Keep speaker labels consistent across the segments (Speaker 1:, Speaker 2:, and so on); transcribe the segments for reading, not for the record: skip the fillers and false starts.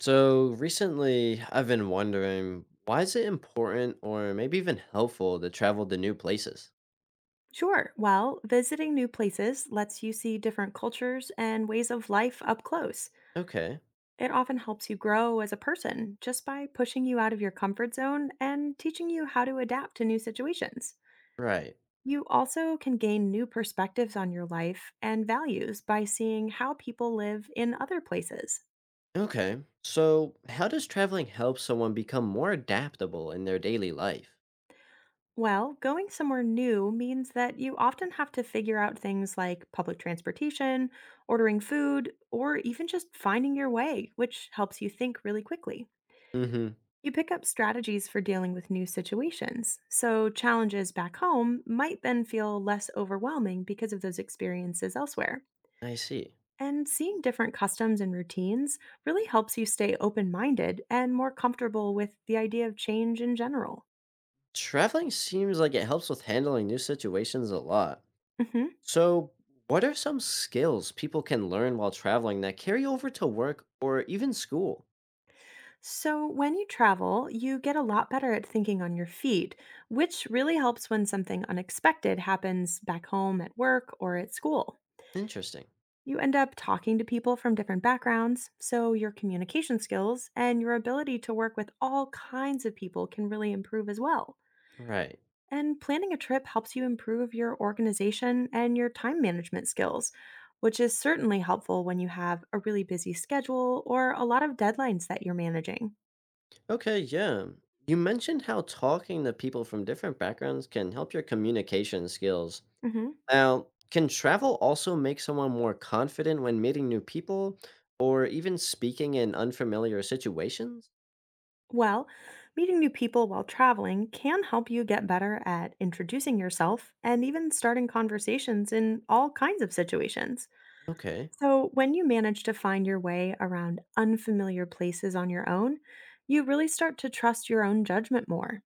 Speaker 1: So recently, I've been wondering why is it important or maybe even helpful to travel to new places?
Speaker 2: Sure. Well, visiting new places lets you see different cultures and ways of life up close.
Speaker 1: Okay,
Speaker 2: It often helps you grow as a person just by pushing you out of your comfort zone and teaching you how to adapt to new situations.
Speaker 1: right.
Speaker 2: You also can gain new perspectives on your life and values by seeing how people live in other places.
Speaker 1: Okay, so how does traveling help someone become more adaptable in their daily life?
Speaker 2: Well, going somewhere new means that you often have to figure out things like public transportation, ordering food, or even just finding your way, which helps you think really quickly.
Speaker 1: Mm hmm,
Speaker 2: You pick up strategies for dealing with new situations, so challenges back home might then feel less overwhelming because of those experiences elsewhere.
Speaker 1: I see.
Speaker 2: And seeing different customs and routines really helps you stay open minded and more comfortable with the idea of change in general.
Speaker 1: Traveling seems like it helps with handling new situations a lot.
Speaker 2: Mhm.
Speaker 1: So, what are some skills people can learn while traveling that carry over to work or even school?
Speaker 2: So, when you travel, you get a lot better at thinking on your feet, which really helps when something unexpected happens back home, at work, or at school.
Speaker 1: Interesting.
Speaker 2: You end up talking to people from different backgrounds, so your communication skills and your ability to work with all kinds of people can really improve as well.
Speaker 1: Right.
Speaker 2: And planning a trip helps you improve your organization and your time management skills, which is certainly helpful when you have a really busy schedule or a lot of deadlines that you're managing.
Speaker 1: Okay, yeah. You mentioned how talking to people from different backgrounds can help your communication skills.
Speaker 2: Mhm.
Speaker 1: Now, can travel also make someone more confident when meeting new people or even speaking in unfamiliar situations?
Speaker 2: Well, meeting new people while traveling can help you get better at introducing yourself and even starting conversations in all kinds of situations.
Speaker 1: Okay.
Speaker 2: So, when you manage to find your way around unfamiliar places on your own, you really start to trust your own judgment more.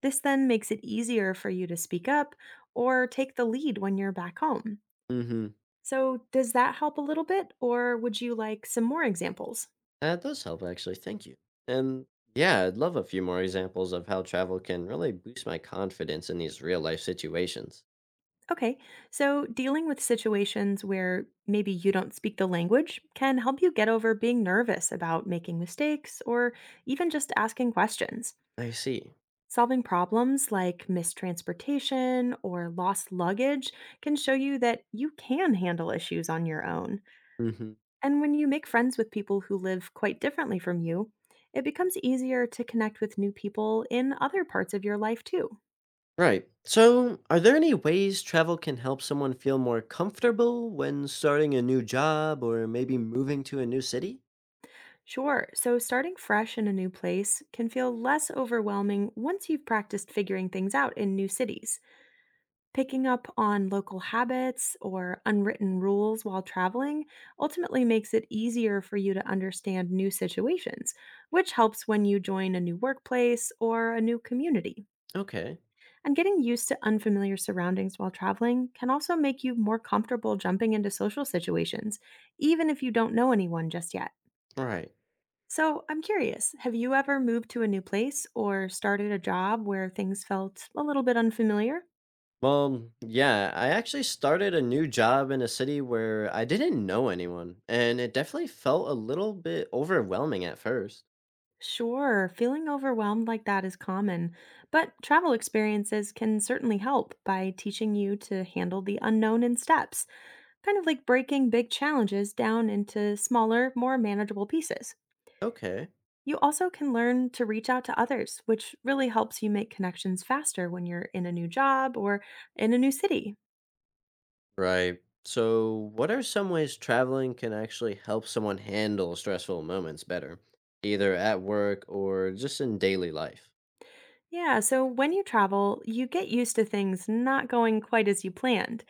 Speaker 2: This then makes it easier for you to speak up or take the lead when you're back home.
Speaker 1: Mm-hmm.
Speaker 2: So, does that help a little bit, or would you like some more examples?
Speaker 1: That does help, actually. Thank you. And yeah, I'd love a few more examples of how travel can really boost my confidence in these real life situations.
Speaker 2: Okay, so dealing with situations where maybe you don't speak the language can help you get over being nervous about making mistakes or even just asking questions.
Speaker 1: I see.
Speaker 2: Solving problems like mistransportation or lost luggage can show you that you can handle issues on your own.
Speaker 1: Mm-hmm.
Speaker 2: And when you make friends with people who live quite differently from you, it becomes easier to connect with new people in other parts of your life too.
Speaker 1: Right. So, are there any ways travel can help someone feel more comfortable when starting a new job or maybe moving to a new city?
Speaker 2: Sure. So starting fresh in a new place can feel less overwhelming once you've practiced figuring things out in new cities. Picking up on local habits or unwritten rules while traveling ultimately makes it easier for you to understand new situations, which helps when you join a new workplace or a new community.
Speaker 1: Okay.
Speaker 2: And getting used to unfamiliar surroundings while traveling can also make you more comfortable jumping into social situations, even if you don't know anyone just yet.
Speaker 1: All right.
Speaker 2: So I'm curious, have you ever moved to a new place or started a job where things felt a little bit unfamiliar?
Speaker 1: Well, yeah, I actually started a new job in a city where I didn't know anyone, and it definitely felt a little bit overwhelming at first.
Speaker 2: Sure, feeling overwhelmed like that is common, but travel experiences can certainly help by teaching you to handle the unknown in steps, kind of like breaking big challenges down into smaller, more manageable pieces.
Speaker 1: Okay.
Speaker 2: You also can learn to reach out to others, which really helps you make connections faster when you're in a new job or in a new city.
Speaker 1: Right. So, what are some ways traveling can actually help someone handle stressful moments better, either at work or just in daily life?
Speaker 2: Yeah, so when you travel, you get used to things not going quite as you planned.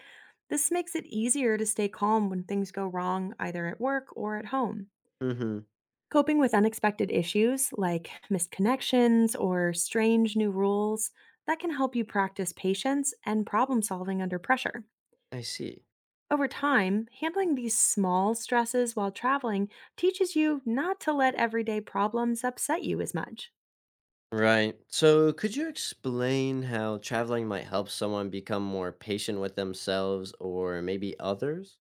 Speaker 2: This makes it easier to stay calm when things go wrong, either at work or at home.
Speaker 1: Mm hmm.
Speaker 2: Coping with unexpected issues like missed connections or strange new rules, that can help you practice patience and problem solving under pressure.
Speaker 1: I see.
Speaker 2: Over time, handling these small stresses while traveling teaches you not to let everyday problems upset you as much.
Speaker 1: Right. So, could you explain how traveling might help someone become more patient with themselves or maybe others?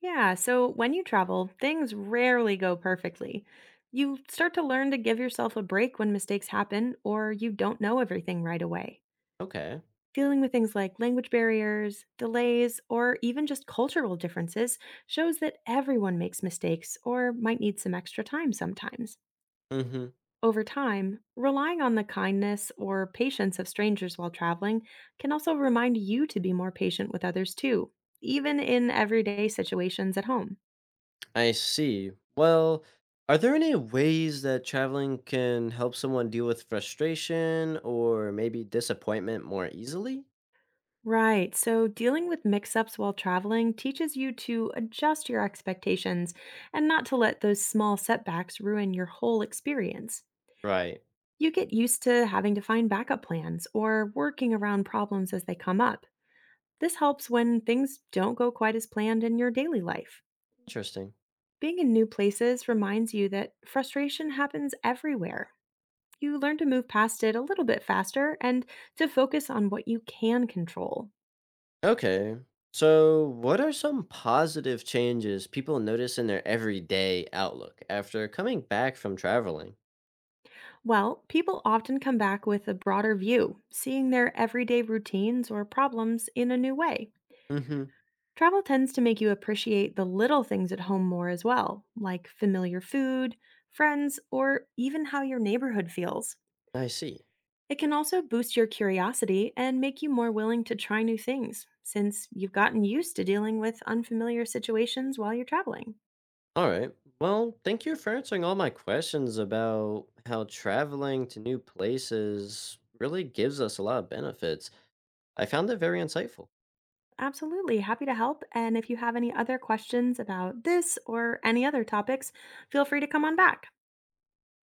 Speaker 2: Yeah, so when you travel, things rarely go perfectly. You start to learn to give yourself a break when mistakes happen or you don't know everything right away.
Speaker 1: Okay.
Speaker 2: Dealing with things like language barriers, delays, or even just cultural differences shows that everyone makes mistakes or might need some extra time sometimes.
Speaker 1: Mhm.
Speaker 2: Over time, relying on the kindness or patience of strangers while traveling can also remind you to be more patient with others too, even in everyday situations at home.
Speaker 1: I see. Well, are there any ways that traveling can help someone deal with frustration or maybe disappointment more easily?
Speaker 2: Right. So dealing with mix ups while traveling teaches you to adjust your expectations and not to let those small setbacks ruin your whole experience.
Speaker 1: Right.
Speaker 2: You get used to having to find backup plans or working around problems as they come up. This helps when things don't go quite as planned in your daily life.
Speaker 1: Interesting.
Speaker 2: Being in new places reminds you that frustration happens everywhere. You learn to move past it a little bit faster and to focus on what you can control.
Speaker 1: Okay. So, what are some positive changes people notice in their everyday outlook after coming back from traveling?
Speaker 2: Well, people often come back with a broader view, seeing their everyday routines or problems in a new way.
Speaker 1: Mhm.
Speaker 2: Travel tends to make you appreciate the little things at home more as well, like familiar food, friends, or even how your neighborhood feels.
Speaker 1: I see.
Speaker 2: It can also boost your curiosity and make you more willing to try new things, since you've gotten used to dealing with unfamiliar situations while you're traveling.
Speaker 1: All right. Well, thank you for answering all my questions about how traveling to new places really gives us a lot of benefits. I found it very insightful.
Speaker 2: Absolutely, happy to help. And if you have any other questions about this or any other topics, feel free to come on back.